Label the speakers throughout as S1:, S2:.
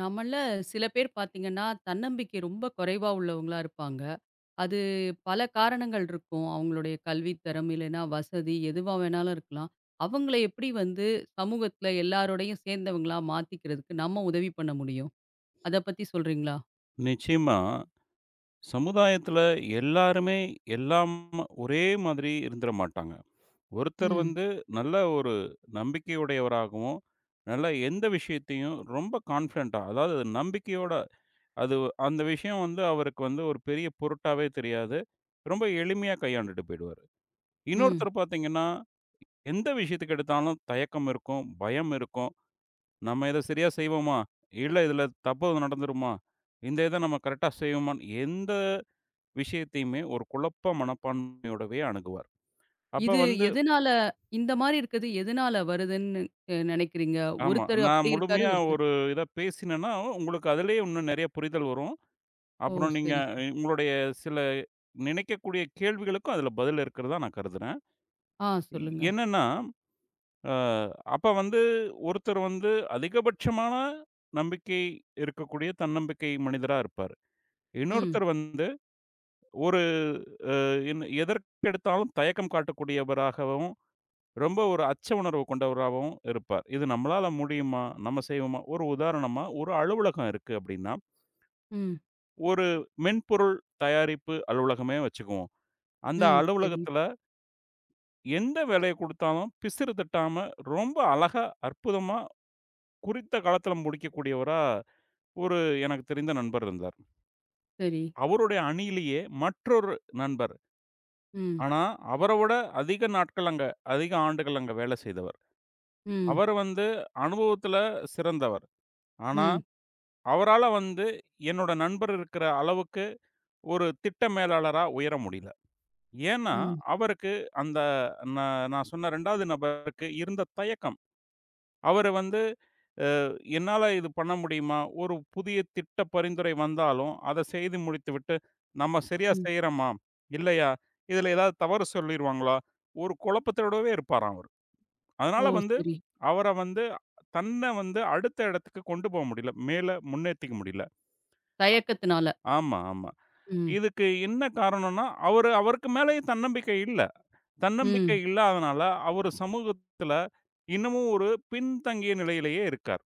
S1: நம்மள சில பேர் பார்த்தீங்கன்னா, தன்னம்பிக்கை ரொம்ப குறைவா உள்ளவங்களா இருப்பாங்க. அது பல காரணங்கள் இருக்கும். அவங்களுடைய கல்வித்தரம், இல்லைன்னா வசதி எதுவா வேணாலும் இருக்கலாம். அவங்கள எப்படி வந்து சமூகத்துல எல்லாரோடையும் சேர்ந்தவங்களா மாத்திக்கிறதுக்கு நம்ம உதவி பண்ண முடியும்? அத பத்தி சொல்றீங்களா?
S2: நிச்சயமா. சமுதாயத்துல எல்லாருமே எல்லாம் ஒரே மாதிரி இருந்துற மாட்டாங்க. ஒருத்தர்
S1: ம்,
S2: வந்து நல்ல ஒரு நம்பிக்கையுடையவராகவும், நல்ல எந்த விஷயத்தையும் ரொம்ப கான்ஃபிடென்ட்டா, அதாவது நம்பிக்கையோட அது அந்த விஷயம் வந்து அவருக்கு வந்து ஒரு பெரிய பொருட்டாவே தெரியாது. ரொம்ப எளிமையா கையாண்டுட்டு போயிடுவாரு.
S1: ம்.
S2: இன்னொருத்தர் பார்த்தீங்கன்னா, எந்த விஷயத்துக்கு எடுத்தாலும் தயக்கம் இருக்கும், பயம் இருக்கும். நம்ம இத சரியா செய்வோமா? இல்ல இதுல தப்பு நடந்துருமா? இந்த இத நம்ம கரெக்ட்டா செய்வோமான்னு எந்த விஷயத்தையுமே ஒரு குழப்ப மனப்பான்மையோடவே அணுகுவார். அப்ப
S1: இது
S2: வந்து
S1: எதனால இந்த மாரி இருக்கிறது எதனால வருதுன்னு நினைக்கிறீங்க?
S2: ஆமா.
S1: ஒருத்தர்
S2: நான்
S1: அப்படி இருக்காரு,
S2: முழுமையா
S1: ஒருத்தர்.
S2: ஒரு இத பேசினேன்னா, உங்களுக்கு அதிலேயே இன்னும் நெறைய புரிதல் வரும்.
S1: ஓ!
S2: அப்புறம் நீங்க
S1: சரி, சரி.
S2: உங்களுடைய சில நினைக்கக்கூடிய கேள்விகளுக்கும் அதில பதில் இருக்கிறதா நான் கருதுறேன்.
S1: ஆ சொல்லுங்க.
S2: என்னன்னா, அ அப்ப வந்து ஒருத்தர் வந்து அதிகபட்சமான நம்பிக்கை இருக்கக்கூடிய தன்னம்பிக்கை மனிதரா இருப்பாரு.
S1: ம்,
S2: இன்னொருத்தர் வந்து ஒரு அ என் எதற்கெடுத்தாலும் தயக்கம் காட்டக்கூடியவராகவும் ரொம்ப ஒரு அச்ச உணர்வு கொண்டவராகவும் இருப்பார். இது நம்மளால முடியுமா? நம்ம செய்வோமா? ஒரு உதாரணமா, ஒரு அலுவலகம் இருக்கு அப்படின்னா,
S1: ம்,
S2: ஒரு மென்பொருள் தயாரிப்பு அலுவலகமே வச்சுக்குவோம். அந்த
S1: ம். சரி,
S2: அலுவலகத்தில எந்த வேலைய குடுத்தாலும் பிசிறு தட்டாம ரொம்ப அழகா, அற்புதமா குறித்த காலத்தில முடிக்கக்கூடியவரா ஒரு எனக்கு தெரிந்த நண்பர் இருந்தார்.
S1: சரி.
S2: அவருடைய அணியிலேயே மற்றொரு நண்பர்.
S1: ம்,
S2: ஆனா, அவர விட அதிக நாட்கள் அங்க, அதிக ஆண்டுகள் அங்க வேலை செய்தவர்.
S1: ம்,
S2: அவர் வந்து அனுபவத்தில சிறந்தவர். ஆனா
S1: ம்.
S2: அவரால வந்து என்னோட நண்பர் இருக்கிற அளவுக்கு ஒரு திட்ட மேலாளரா உயர முடியல. ஏன்னா,
S1: ம்,
S2: அவருக்கு அந்த நான் நான் சொன்ன 2வது நபருக்கு இருந்த தயக்கம். அவரு வந்து என்னால இது பண்ண முடியுமா? ஒரு புதிய திட்ட பரிந்துரை வந்தாலும், அத செய்து முடித்துவிட்டு, நம்ம சரியா
S1: ம்.
S2: செய்றோமா? இல்லையா? இதுல ஏதாவது தவறு சொல்லிருவாங்களா? ஒரு குழப்பத்தோடவே இருப்பாராம் அவரு.
S1: ஓ!
S2: அதனால வந்து
S1: சரி.
S2: அவர வந்து தன்ன வந்து அடுத்த இடத்துக்கு கொண்டு போக முடியல. மேல முன்னேத்திக்க முடியல.
S1: தயக்கத்தினால.
S2: ஆமா, ஆமா.
S1: ம்,
S2: இதுக்கு என்ன காரணம்னா, அவரு அவருக்கு மேலயும் தன்னம்பிக்கை இல்ல. தன்னம்பிக்கை
S1: ம்.
S2: இல்லாதனால, அவரு சமூகத்துல இன்னமும் ஒரு பின்தங்கிய நிலையிலேயே இருக்கார்.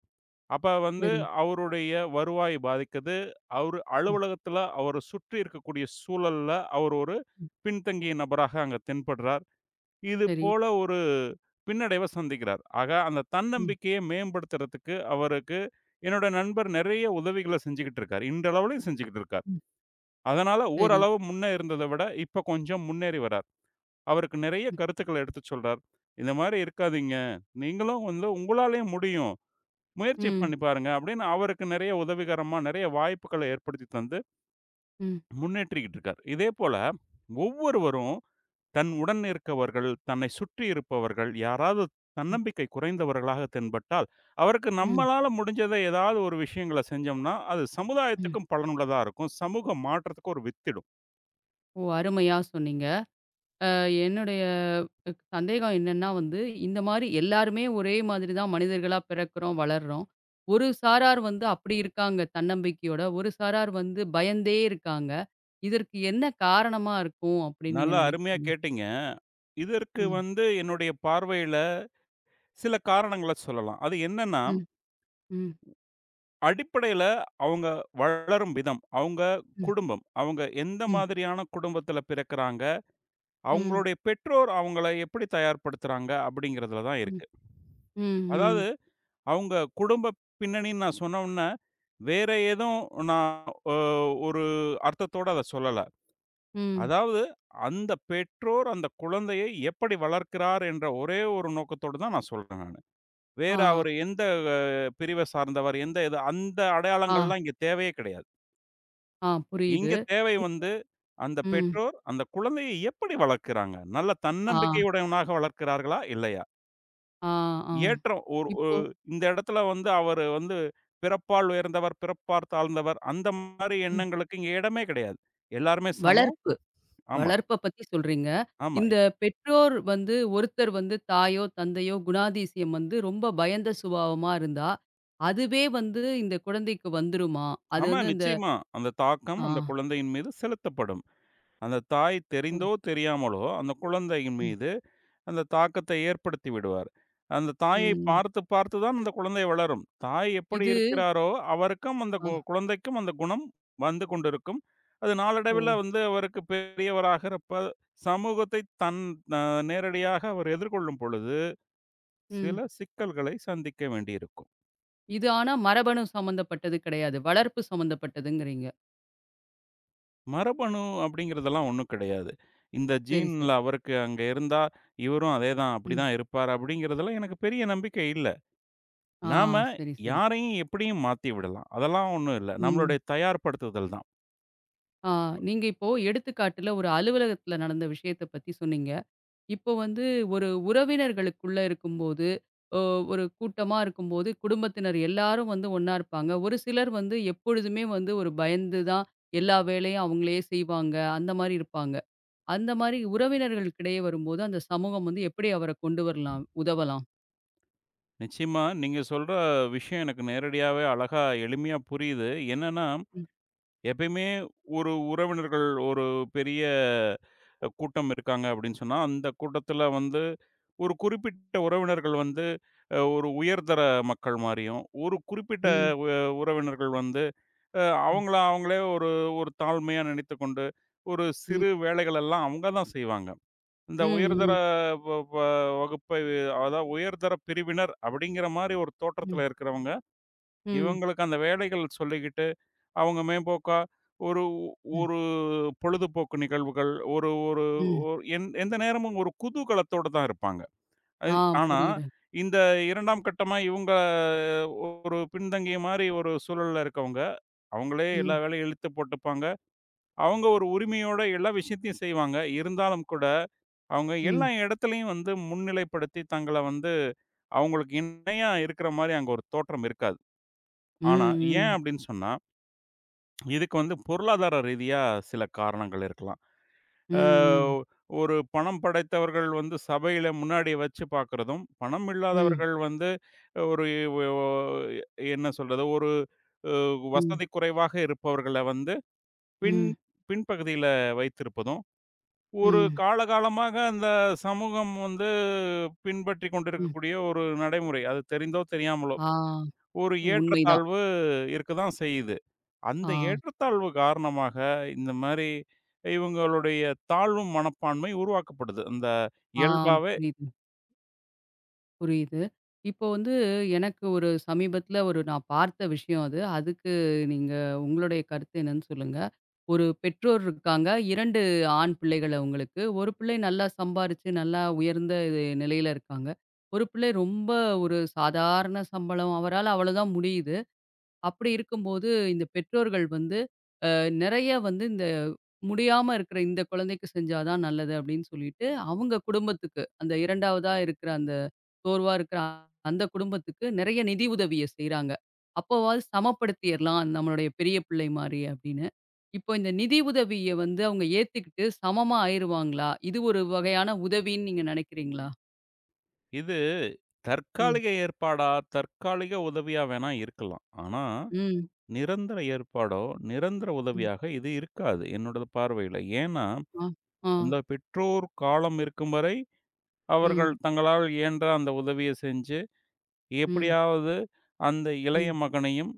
S2: அப்ப வந்து
S1: சரி.
S2: அவருடைய வருவாய் பாதிக்குது. அவரு
S1: ம்,
S2: அலுவலகத்துல அவர சுற்றி இருக்கக்கூடிய சூழல்ல, அவர் ஒரு
S1: ம்.
S2: பின்தங்கிய நபராக அங்க தென்படுறார். இது
S1: சரி.
S2: போல ஒரு பின்னடைவ சந்திக்கிறார். ஆக அந்த
S1: ம்,
S2: தன்னம்பிக்கைய மேம்படுத்துறதுக்கு அவருக்கு என்னோட நண்பர் நெறைய உதவிகள செஞ்சுகிட்டு இருக்காரு. இன்றளவிலும் செஞ்சுகிட்டு இருக்காரு.
S1: ம்.
S2: அதனால
S1: சரி.
S2: ஓரளவு முன்ன இருந்தத விட, இப்ப கொஞ்சம் முன்னேறி வரார். அவருக்கு நெறைய
S1: ம்,
S2: கருத்துக்கள எடுத்துச் சொல்றார். "இந்த மாரி இருக்காதீங்க. நீங்களும் வந்து உங்களாலயும் முடியும். முயற்சி
S1: ம்,
S2: பண்ணி பாருங்க" அப்படின்னு அவருக்கு நெறைய உதவிகரமா, நெறைய வாய்ப்புக்கள ஏற்படுத்தி தந்து
S1: ம்,
S2: முன்னேற்றிக்கிட்டு இருக்கார். இதேபோல ஒவ்வொருவரும் தன் உடன் இருக்கவர்கள், தன்னை சுற்றி இருப்பவர்கள், யாராவது
S1: ம்,
S2: தன்னம்பிக்கை குறைந்தவர்களாக தென்பட்டால், அவருக்கு
S1: ம்,
S2: நம்மளால முடிஞ்சத ஏதாவது ஒரு விஷயங்கள செஞ்சோம்னா, அது
S1: ம்.
S2: சமுதாயத்துக்கும் பலனுள்ளதா இருக்கும். சமூக மாற்றத்துக்கு ஒரு வித்திடும்.
S1: ஓ! அருமையா சொன்னீங்க. அ என்னுடைய சந்தேகம் என்னன்னா வந்து, இந்த மாரி எல்லாருமே ஒரே மாதிரி தான் மனிதர்களா பிறக்கிறோம், வளர்றோம். ஒரு சாரார் வந்து அப்படி இருக்காங்க தன்னம்பிக்கையோட, ஒரு சாரார் வந்து பயந்தே இருக்காங்க. இதற்கு என்ன காரணமா இருக்கும் அப்படின்னு நீங்க
S2: நல்லா அருமையா
S1: நினைக்கிறீங்க?
S2: கேட்டீங்க. இதற்கு
S1: ம்,
S2: வந்து என்னுடைய பார்வையில சில காரணங்கள சொல்லலாம். அது என்னன்னா,
S1: ம், ம், ம்,
S2: அடிப்படையில அவங்க வளரும் விதம், அவங்க
S1: ம்,
S2: குடும்பம், அவங்க எந்த
S1: ம்,
S2: மாதிரியான குடும்பத்தில பிறக்குறாங்க,
S1: ம்,
S2: அவங்களுடைய பெற்றோர் அவங்கள எப்படி தயார்படுத்துறாங்க அப்படிங்கிறதுல தான் இருக்கு.
S1: ம்,
S2: அதாவது
S1: ம்.
S2: அவங்க குடும்ப பின்னணின்னு நான் சொன்ன உடனே, வேற எதுவும் நான் அ ஒரு அர்த்தத்தோட அத சொல்லல.
S1: ம்.
S2: அதாவது அந்த பெற்றோர் அந்த குழந்தையை எப்படி வளர்க்கிறார் என்ற ஒரே ஒரு நோக்கத்தோட தான் நான் சொல்றேன் நானு. வேற
S1: ஆ,
S2: அவரு எந்த பிரிவ சார்ந்தவர், எந்த இது அந்த
S1: ஆ,
S2: அடையாளங்கள்லாம் இங்க தேவையே கிடையாது.
S1: ஆ
S2: இங்க
S1: புரியுது.
S2: தேவை வந்து, அந்த
S1: ம்.
S2: பெற்றோர் அந்த குழந்தையை எப்படி வளர்க்கிறாங்க? நல்ல
S1: ஆ,
S2: தன்னம்பிக்கையுடையவனாக வளர்க்கிறார்களா? இல்லையா?
S1: ஆ, ஆ.
S2: ஏற்றம் ஒரு ஒ
S1: இப்போ
S2: இந்த இடத்துல வந்து அவரு வந்து பிறப்பால் உயர்ந்தவர், பிறப்பார் தாழ்ந்தவர் அந்த மாரி
S1: ம்.
S2: எண்ணங்களுக்கு இங்க இடமே கிடையாது. எல்லாருமே சமம்.
S1: வளர்ப்பு.
S2: ஆமா,
S1: வளர்ப்ப பத்தி சொல்றீங்க.
S2: ஆமா.
S1: இந்த பெற்றோர் வந்து ஒருத்தர் வந்து தாயோ, தந்தையோ குணாதிசயம் வந்து ரொம்ப பயந்த சுபாவமா இருந்தா, அதுவே வந்து இந்த குழந்தைக்கு வந்துருமா? அது
S2: ஆமா,
S1: வந்து அந்த
S2: நிச்சயமா. அந்த தாக்கம்
S1: ஆ.
S2: அந்த குழந்தையின் மீது செலுத்தப்படும். அந்த தாய் தெரிந்தோ,
S1: ம்,
S2: தெரியாமலோ அந்த குழந்தையின்
S1: ம்,
S2: மீது அந்த தாக்கத்தை ஏற்படுத்தி விடுவார். அந்த தாயை
S1: ம்.
S2: பார்த்து பார்த்து தான் அந்த குழந்தை வளரும். தாய் எப்படி
S1: இது
S2: இருக்கிறாரோ, அவருக்கும் அந்த
S1: ஆ,
S2: குழந்தைக்கும் அந்த குணம் வந்து கொண்டிருக்கும். அது
S1: ஓ!
S2: நாளடைவில வந்து அவருக்கு பெரியவராகிறப்ப, சமூகத்தை தன் அ நேரடியாக அவர் எதிர்கொள்ளும் பொழுது, சில
S1: ம்.
S2: சிக்கல்களை சந்திக்க வேண்டியிருக்கும்.
S1: இது ஆனா மரபணு சம்மந்தப்பட்டது கிடையாது. வளர்ப்பு சம்மந்தப்பட்டதுங்கிறீங்க.
S2: மரபணு அப்படிங்கிறதெல்லாம் ஒண்ணும் கிடையாது. இந்த
S1: சரி, சரி.
S2: ஜீன்ல அவருக்கு அங்க இருந்தா, இவரும் அதே தான், அப்படி
S1: ம்.
S2: தான் இருப்பார் அப்படிங்கிறதுல எனக்கு பெரிய நம்பிக்கை இல்ல.
S1: ஆ
S2: நாம
S1: சரி, சரி.
S2: யாரையும் எப்படியும் மாத்தி விடலாம். அதெல்லாம் ஒண்ணும் இல்ல.
S1: ம்.
S2: நம்மளுடைய தயார்படுத்துதல் தான்.
S1: ஆ, நீங்க இப்போ எடுத்துக்காட்டுல ஒரு அலுவலகத்துல நடந்த விஷயத்த பத்தி சொன்னீங்க. இப்போ வந்து ஒரு உறவினர்களுக்குள்ள இருக்கும்போது, அ ஒரு கூட்டமா இருக்கும்போது குடும்பத்தினர் எல்லாரும் வந்து ஒண்ணா இருப்பாங்க. ஒரு சிலர் வந்து எப்பொழுதுமே வந்து ஒரு பயந்து தான் எல்லா வேலையும் அவங்களே செய்வாங்க. அந்த மாரி இருப்பாங்க. அந்த மாரி உறவினர்களுக்கிடையே வரும்போது அந்த சமூகம் வந்து எப்படி அவர கொண்டு வரலாம்? உதவலாம்?
S2: நிச்சயமா நீங்க சொல்ற விஷயம் எனக்கு நேரடியாவே அழகா எளிமையா புரியுது. என்னன்னா,
S1: ம்.
S2: எப்பயுமே ஒரு உறவினர்கள் ஒரு பெரிய கூட்டம் இருக்காங்க அப்படின்னு சொன்னா, அந்த கூட்டத்தில வந்து ஒரு குறிப்பிட்ட உறவினர்கள் வந்து ஒரு உயர்தர மக்கள் மாரியும், ஒரு குறிப்பிட்ட
S1: ம்.
S2: உ உறவினர்கள் வந்து அ
S1: ம்.
S2: அவங்கள அவங்களே ஒரு ஒரு தாழ்மையா நினைத்துக்கொண்டு, ஒரு
S1: ம்.
S2: சிறு வேலைகளெல்லாம் அவங்க தான் செய்வாங்க. இந்த உயர்தர
S1: ம்.
S2: வ வ வகுப்பை அதாவது உயர்தர பிரிவினர் அப்படிங்கிற மாரி ஒரு
S1: ம். ம்.
S2: தோற்றத்தில இருக்கிறவங்க,
S1: ம்.
S2: இவங்களுக்கு அந்த வேலைகள் சொல்லிக்கிட்டு, அவங்க மேம்போக்கா ஒரு
S1: ம்.
S2: ஒரு பொழுதுபோக்கு நிகழ்வுகள், ஒரு ஒரு
S1: ம்.
S2: ஒரு எந்த நேரமும் ஒரு குதூகலத்தோட தான் இருப்பாங்க. அது
S1: ஆ
S2: ஆனா,
S1: புரியுது.
S2: இந்த 2ஆம் கட்டமா இவங்க ஒரு பின்தங்கிய மாரி ஒரு சூழல்ல இருக்கவங்க, அவங்களே எல்லா
S1: ம்.
S2: வேலையும் இழுத்து போட்டுப்பாங்க. அவங்க ஒரு உரிமையோட எல்லா விஷயத்தையும் செய்வாங்க. இருந்தாலும் கூட, அவங்க எல்லா
S1: ம்.
S2: இடத்துலயும் வந்து முன்னிலைப்படுத்தி தங்கள வந்து அவங்களுக்கு இணையா இருக்கிற மாரி அங்க ஒரு தோற்றம் இருக்காது.
S1: ம்.
S2: ஆனா, ஏன்
S1: ம்.
S2: அப்படின்னு சொன்னா, இதுக்கு வந்து பொருளாதார ரீதியா சில காரணங்கள் இருக்கலாம்.
S1: ம்.
S2: அ
S1: ம்.
S2: ஒரு பணம் படைத்தவர்கள் வந்து சபையில முன்னாடி வச்சு பார்க்கிறதும், பணம்
S1: ம்,
S2: இல்லாதவர்கள் வந்து ஒரு ஒ என்ன சொல்றது? ஒரு அ
S1: ம்,
S2: வசதி குறைவாக இருப்பவர்கள வந்து பின்
S1: ம்,
S2: பின்பகுதியில வைத்திருப்பதும் ஒரு
S1: ம்,
S2: காலகாலமாக அந்த சமூகம் வந்து பின்பற்றிக்
S1: ம்.
S2: கொண்டிருக்கக்கூடிய ஒரு நடைமுறை. அது தெரிந்தோ, தெரியாமலோ
S1: ஆ
S2: ஒரு
S1: உண்மைதான்.
S2: ஏற்றத்தாழ்வு இருக்க தான் செய்யுது. அந்த
S1: ஆ,
S2: ஏற்றத்தாழ்வு காரணமாக இந்த மாரி இவங்களுடைய தாழ்வு மனப்பான்மை உருவாக்கப்படுது. அந்த
S1: ஆ
S2: இயல்பாவே
S1: புரியுது, புரியுது. இப்போ வந்து எனக்கு ஒரு சமீபத்தில ஒரு நான் பார்த்த விஷயம் அது. அதுக்கு நீங்க உங்களுடைய கருத்து என்னன்னு சொல்லுங்க. ஒரு பெற்றோர் இருக்காங்க. 2 ஆண் பிள்ளைகள் அவங்களுக்கு. ஒரு பிள்ளை நல்லா சம்பாரிச்சு, நல்லா உயர்ந்த இது நிலையில இருக்காங்க. ஒரு பிள்ளை ரொம்ப ஒரு சாதாரண சம்பளம். அவரால அவ்வளதான் முடியுது. அப்படி இருக்கும்போது இந்த பெற்றோர்கள் வந்து நிறைய வந்து இந்த முடியாம இருக்கிற இந்த குழந்தைக்கு செஞ்சா தான் நல்லது அப்படின்னு சொல்லிட்டு, அவங்க குடும்பத்துக்கு அந்த 2வதா இருக்கிற அந்த சோர்வா இருக்கிற அந்த குடும்பத்துக்கு நிறைய நிதி உதவிய செய்றாங்க. அப்போவாவது சமப்படுத்திறலாம் நம்மளுடைய பெரிய பிள்ளை மாரி அப்படின்னு. இப்போ இந்த நிதி உதவிய வந்து அவங்க ஏத்துக்கிட்டு சமமா ஆயிருவாங்களா? இது ஒரு வகையான உதவின்னு நீங்க நினைக்கிறீங்களா?
S2: இது
S1: ம்.
S2: தற்காலிக ஏற்பாடா, தற்காலிக உதவியா வேணா இருக்கலாம். ஆனா,
S1: ம்.
S2: நிரந்தர ஏற்பாடோ, நிரந்தர
S1: ம்.
S2: உதவியாக இது இருக்காது. என்னோட பார்வையில. ஏன்னா,
S1: ஆ. ஆ.
S2: அந்த பெற்றோர் காலம் இருக்கும் வரை
S1: ம்.
S2: அவர்கள் தங்களால் இயன்ற அந்த உதவிய செஞ்சு,
S1: ம்.
S2: எப்படியாவது அந்த இளைய
S1: ம்.
S2: மகனையும்,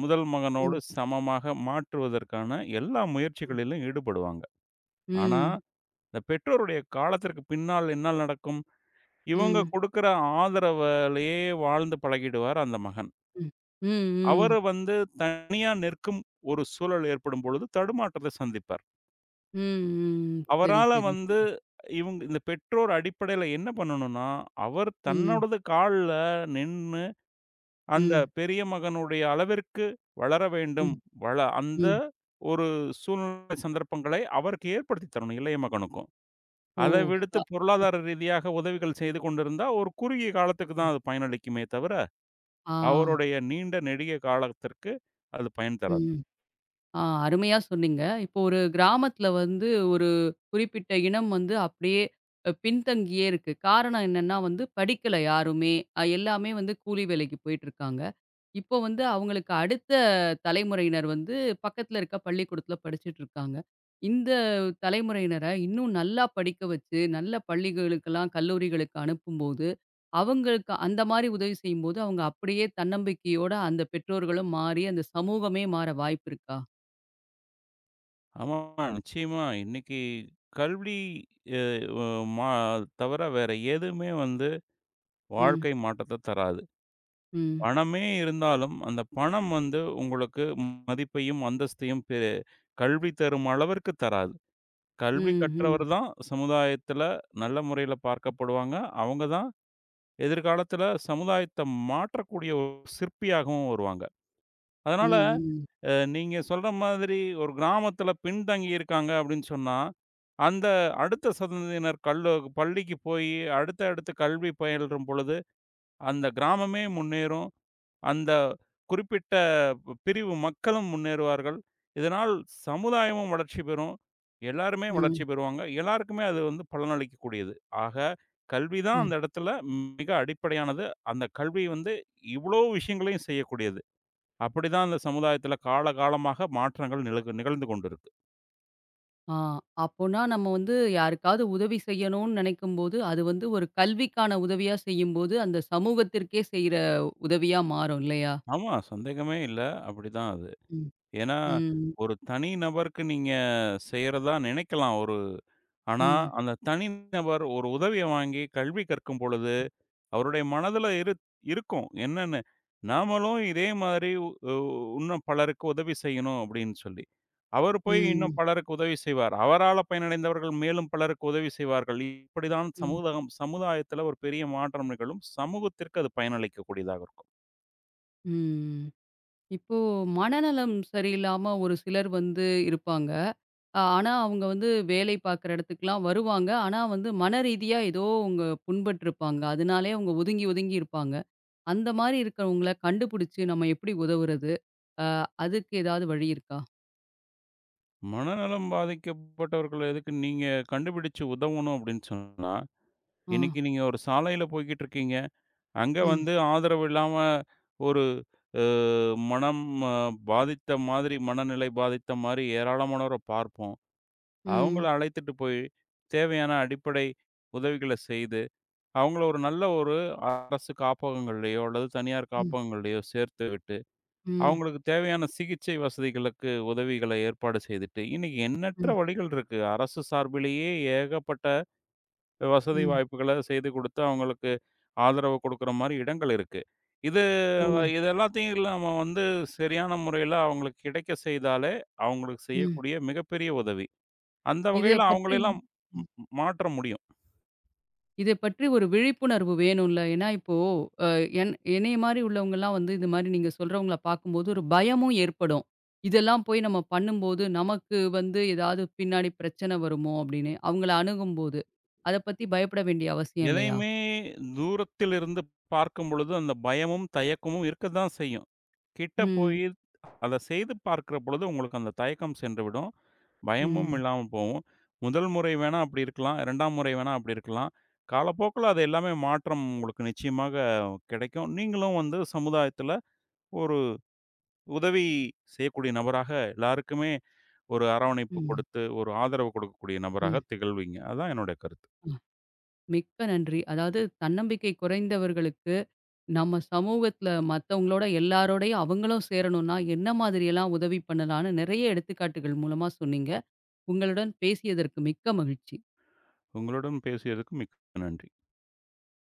S2: முதல் மகனோடு
S1: ம்.
S2: சமமாக மாற்றுவதற்கான எல்லா
S1: ம்.
S2: முயற்சிகளிலும் ஈடுபடுவாங்க. ஆனா,
S1: ம்.
S2: இந்த பெற்றோருடைய காலத்திற்கு பின்னால் என்ன நடக்கும்? இவங்க
S1: ம்.
S2: குடுக்கிற ஆதரவுலயே வாழ்ந்து பழகிடுவார் அந்த மகன்.
S1: ம். ம். ம்.
S2: அவரு வந்து தனியா நிற்கும் ஒரு சூழல் ஏற்படும் பொழுது தடுமாற்றத்தை சந்திப்பார்.
S1: ம், ம். சரி,
S2: அவரால
S1: சரி,
S2: வந்து
S1: சரி.
S2: இவங்க இந்த பெற்றோர் அடிப்படையில என்ன பண்ணணும்னா, அவர்
S1: ம்,
S2: தன்னோடது கால்ல நின் அந்த
S1: ம்,
S2: பெரிய மகனுடைய அளவிற்கு வளர வேண்டும்.
S1: ம்,
S2: அந்த
S1: ம்.
S2: ஒரு சூழ்நிலை, சந்தர்ப்பங்களை அவருக்கு ஏற்படுத்தி தரணும், இளைய மகனுக்கும்.
S1: ஓ!
S2: அதை விடுத்து
S1: ச
S2: பொருளாதார ரீதியாக உதவிகள் செய்து கொண்டிருந்தா, ஒரு குறுகிய காலத்துக்கு தான் அது பயனளிக்குமே தவிர,
S1: ஆ.
S2: அவருடைய நீண்ட நெடிய காலத்திற்கு அது பயன் தராது.
S1: ம். ஆ அருமையா சொன்னீங்க. இப்போ ஒரு கிராமத்துல வந்து ஒரு குறிப்பிட்ட இனம் வந்து அப்படியே பின்தங்கியே இருக்கு. காரணம் என்னன்னா வந்து படிக்கல யாருமே. எல்லாமே வந்து கூலி வேலைக்கு போயிட்டுருக்காங்க. இப்போ வந்து அவங்களுக்கு அடுத்த தலைமுறையினர் வந்து பக்கத்துல இருக்க பள்ளிக்கூடத்துல படிச்சுட்டுருக்காங்க. இந்த தலைமுறையினர இன்னும் நல்லா படிக்க வச்சு, நல்ல பள்ளிகளுக்கெல்லாம், கல்லூரிகளுக்கு அனுப்பும்போது, அவங்களுக்கு அந்த மாரி உதவி செய்யும்போது, அவங்க அப்படியே தன்னம்பிக்கையோட அந்த பெற்றோர்களும் மாறி, அந்த சமூகமே மாற வாய்ப்பு இருக்கா?
S2: ஆமா, நிச்சயமா. இன்னைக்கு கல்வி அ வ மா தவிர வேற எதுவுமே வந்து
S1: ம்,
S2: வாழ்க்கை மாற்றத்த தராது.
S1: ம்,
S2: பணமே இருந்தாலும், அந்த பணம் வந்து உங்களுக்கு மதிப்பையும், அந்தஸ்தையும் கல்வி தரும் அளவிற்கு தராது. கல்வி
S1: ம்,
S2: கற்றவர்
S1: ம்,
S2: தான் சமுதாயத்தில நல்ல முறையில பார்க்கப்படுவாங்க. அவங்க தான் எதிர்காலத்தில சமுதாயத்த மாற்றக்கூடிய ஒரு சிற்பியாகவும் வருவாங்க. அதனால,
S1: ம், ம்,
S2: நீங்க சொல்ற மாதிரி ஒரு கிராமத்தில பின்தங்கி இருக்காங்க அப்படின்னு சொன்னா, அந்த அடுத்த சந்ததியினர் பள்ளிக்கு போயி அடுத்த அடுத்து கல்வி பயிலும் பொழுது, அந்த கிராமமே முன்னேறும். அந்த குறிப்பிட்ட பிரிவு மக்களும் முன்னேறுவார்கள். இதனால் சமுதாயமும் வளர்ச்சி பெறும். எல்லாருமே வளர்ச்சி
S1: ம்,
S2: பெறுவாங்க. எல்லாருக்குமே அது வந்து பலனளிக்கக்கூடியது. ஆக கல்வி தான்
S1: ம்.
S2: அந்த இடத்துல மிக அடிப்படையானது. அந்த கல்வி வந்து இவ்வளோ விஷயங்களையும் செய்யக்கூடியது. அப்படிதான் அந்த சமுதாயத்தில காலகாலமாக மாற்றங்கள் நிகழ்ந்து கொண்டிருக்கு.
S1: ஆ, அப்போனா நம்ம வந்து யாருக்காவது உதவி செய்யணும்னு நினைக்கும்போது, அது வந்து ஒரு கல்விக்கான உதவியா செய்யும்போது, அந்த சமூகத்திற்கே செய்ற உதவியா மாறும் இல்லையா?
S2: ஆமா, சந்தேகமே இல்ல. அப்படிதான் அது.
S1: ம்,
S2: ஏன்னா,
S1: ம்,
S2: ஒரு தனி நபருக்கு நீங்க செய்றதா நினைக்கலாம் ஒரு ஆனா,
S1: ம்,
S2: அந்த தனி நபர் ஒரு உதவிய வாங்கி கல்வி கற்கும் பொழுது, அவருடைய மனதுல இருக்கும். என்னன்னு, நாமளும் இதே மாதிரி உ உ- இன்னும் பலருக்கு உதவி செய்யணும் அப்படின்னு சொல்லி. அவர் போய் இன்னும்
S1: ம்,
S2: பலருக்கு உதவி செய்வார். அவரால பயனடைந்தவர்கள் மேலும் பலருக்கு உதவி செய்வார்கள். இப்படிதான்
S1: ம்,
S2: சமுதாயத்தில ஒரு பெரிய மாற்றம் நிகழும். சமூகத்திற்கு அது பயனளிக்கக்கூடியதாக இருக்கும்.
S1: ம். இப்போ மனநலம் சரியில்லாம ஒரு சிலர் வந்து இருப்பாங்க. ஆ, ஆனா, அவங்க வந்து வேலை பார்க்குற இடத்துக்குலாம் வருவாங்க. ஆனா, வந்து மனரீதியா ஏதோ அவங்க புண்பட்டிருப்பாங்க. அதனாலயே அவங்க ஒதுங்கி ஒதுங்கி இருப்பாங்க. அந்த மாரி இருக்கிறவங்கள கண்டுபிடிச்சு நம்ம எப்படி உதவுறது? அ அதுக்கு ஏதாவது வழி இருக்கா?
S2: மனநலம் பாதிக்கப்பட்டவர்கள எதுக்கு நீங்க கண்டுபிடிச்சு உதவணும் அப்படின்னு சொன்னா,
S1: ஆ.
S2: இன்னைக்கு நீங்க ஒரு சாலையில போய்க்கிட்டு இருக்கீங்க. அங்க
S1: ம்.
S2: வந்து ஆதரவு இல்லாம ஒரு அ மனம் அ பாதித்த மாதிரி, மனநிலை பாதித்த மாரி ஏராளமானோர பார்ப்போம். அவங்கள
S1: ம்.
S2: அழைத்துட்டு போய் தேவையான அடிப்படை உதவிகள செய்து, அவங்கள ஒரு நல்ல ஒரு அரசு காப்பகங்கள்லயோ அல்லது தனியார்
S1: ம்.
S2: காப்பகங்கள்லயோ சேர்த்து விட்டு
S1: ம்.
S2: அவங்களுக்கு தேவையான சிகிச்சை வசதிகளுக்கு உதவிகளை ஏற்பாடு செய்துட்டு, இன்னைக்கு எண்ணற்ற
S1: ம்.
S2: வழிகள் இருக்கு. அரசு சார்பிலேயே ஏகப்பட்ட வசதி
S1: ம்.
S2: வாய்ப்புகள செய்து குடுத்து, அவங்களுக்கு ஆதரவு குடுக்குற மாரி இடங்கள் இருக்கு. இது
S1: ஓ!
S2: இது எல்லாத்தையும் இல்ல நம்ம வந்து சரியான முறையில அவங்களுக்கு கிடைக்க செய்தாலே, அவங்களுக்கு
S1: ம்.
S2: செய்யக்கூடிய மிகப்பெரிய உதவி. அந்த
S1: இத
S2: வகையில
S1: பற்றி
S2: அவங்களெல்லாம் ம்
S1: ம்.
S2: ம் மாற்ற முடியும்.
S1: இத பற்றி ஒரு விழிப்புணர்வு வேணும்ல. ஏன்னா இப்போ அ என்னைய மாரி உள்ளவங்கலாம் வந்து இது மாரி நீங்க சொல்றவங்கள பார்க்கும்போது ஒரு பயமும் ஏற்படும். இதெல்லாம் போய் நம்ம பண்ணும்போது நமக்கு வந்து ஏதாவது பின்னாடி பிரச்சனை வருமோ அப்படின்னு. அவங்கள அணுகும்போது. அத பத்தி பயப்பட வேண்டிய அவசியம் இல்லையா?
S2: எதையுமே தூரத்திலிருந்து பார்க்கும் பொழுது, அந்த பயமும், தயக்கமும் இருக்கத்தான் செய்யும். கிட்ட
S1: ம்.
S2: போயி அத செய்து பார்க்கிற பொழுது உங்களுக்கு அந்த தயக்கம் சென்று விடும். பயமும்
S1: ம்.
S2: இல்லாம போகும். முதல் முறை வேணா அப்படி இருக்கலாம். 2ஆம் முறை வேணா அப்படி இருக்கலாம். காலப்போக்குல அது எல்லாமே மாற்றம் உங்களுக்கு நிச்சயமாக கிடைக்கும். நீங்களும் வந்து சமுதாயத்துல ஒரு உதவி செய்யக்கூடிய நபராக எல்லாருக்குமே ஒரு அரவணைப்பு
S1: ம்.
S2: கொடுத்து, ஒரு ஆதரவு கொடுக்கக்கூடிய நபராக திகழ்வீங்க. அதான் என்னுடைய கருத்து.
S1: ம். மிக்க நன்றி. அதாவது தன்னம்பிக்கை குறைந்தவர்களுக்கு, நம்ம சமூகத்தில மத்தவங்களோட எல்லாரோடையும் அவங்களும் சேரணும்னா, என்ன மாதிரியெல்லாம் உதவி பண்ணலான்னு நெறைய எடுத்துக்காட்டுகள் மூலமா சொன்னீங்க. உங்களுடன் பேசியதற்கு மிக்க மகிழ்ச்சி.
S2: உங்களுடன் பேசியதுக்கு மிக்க நன்றி.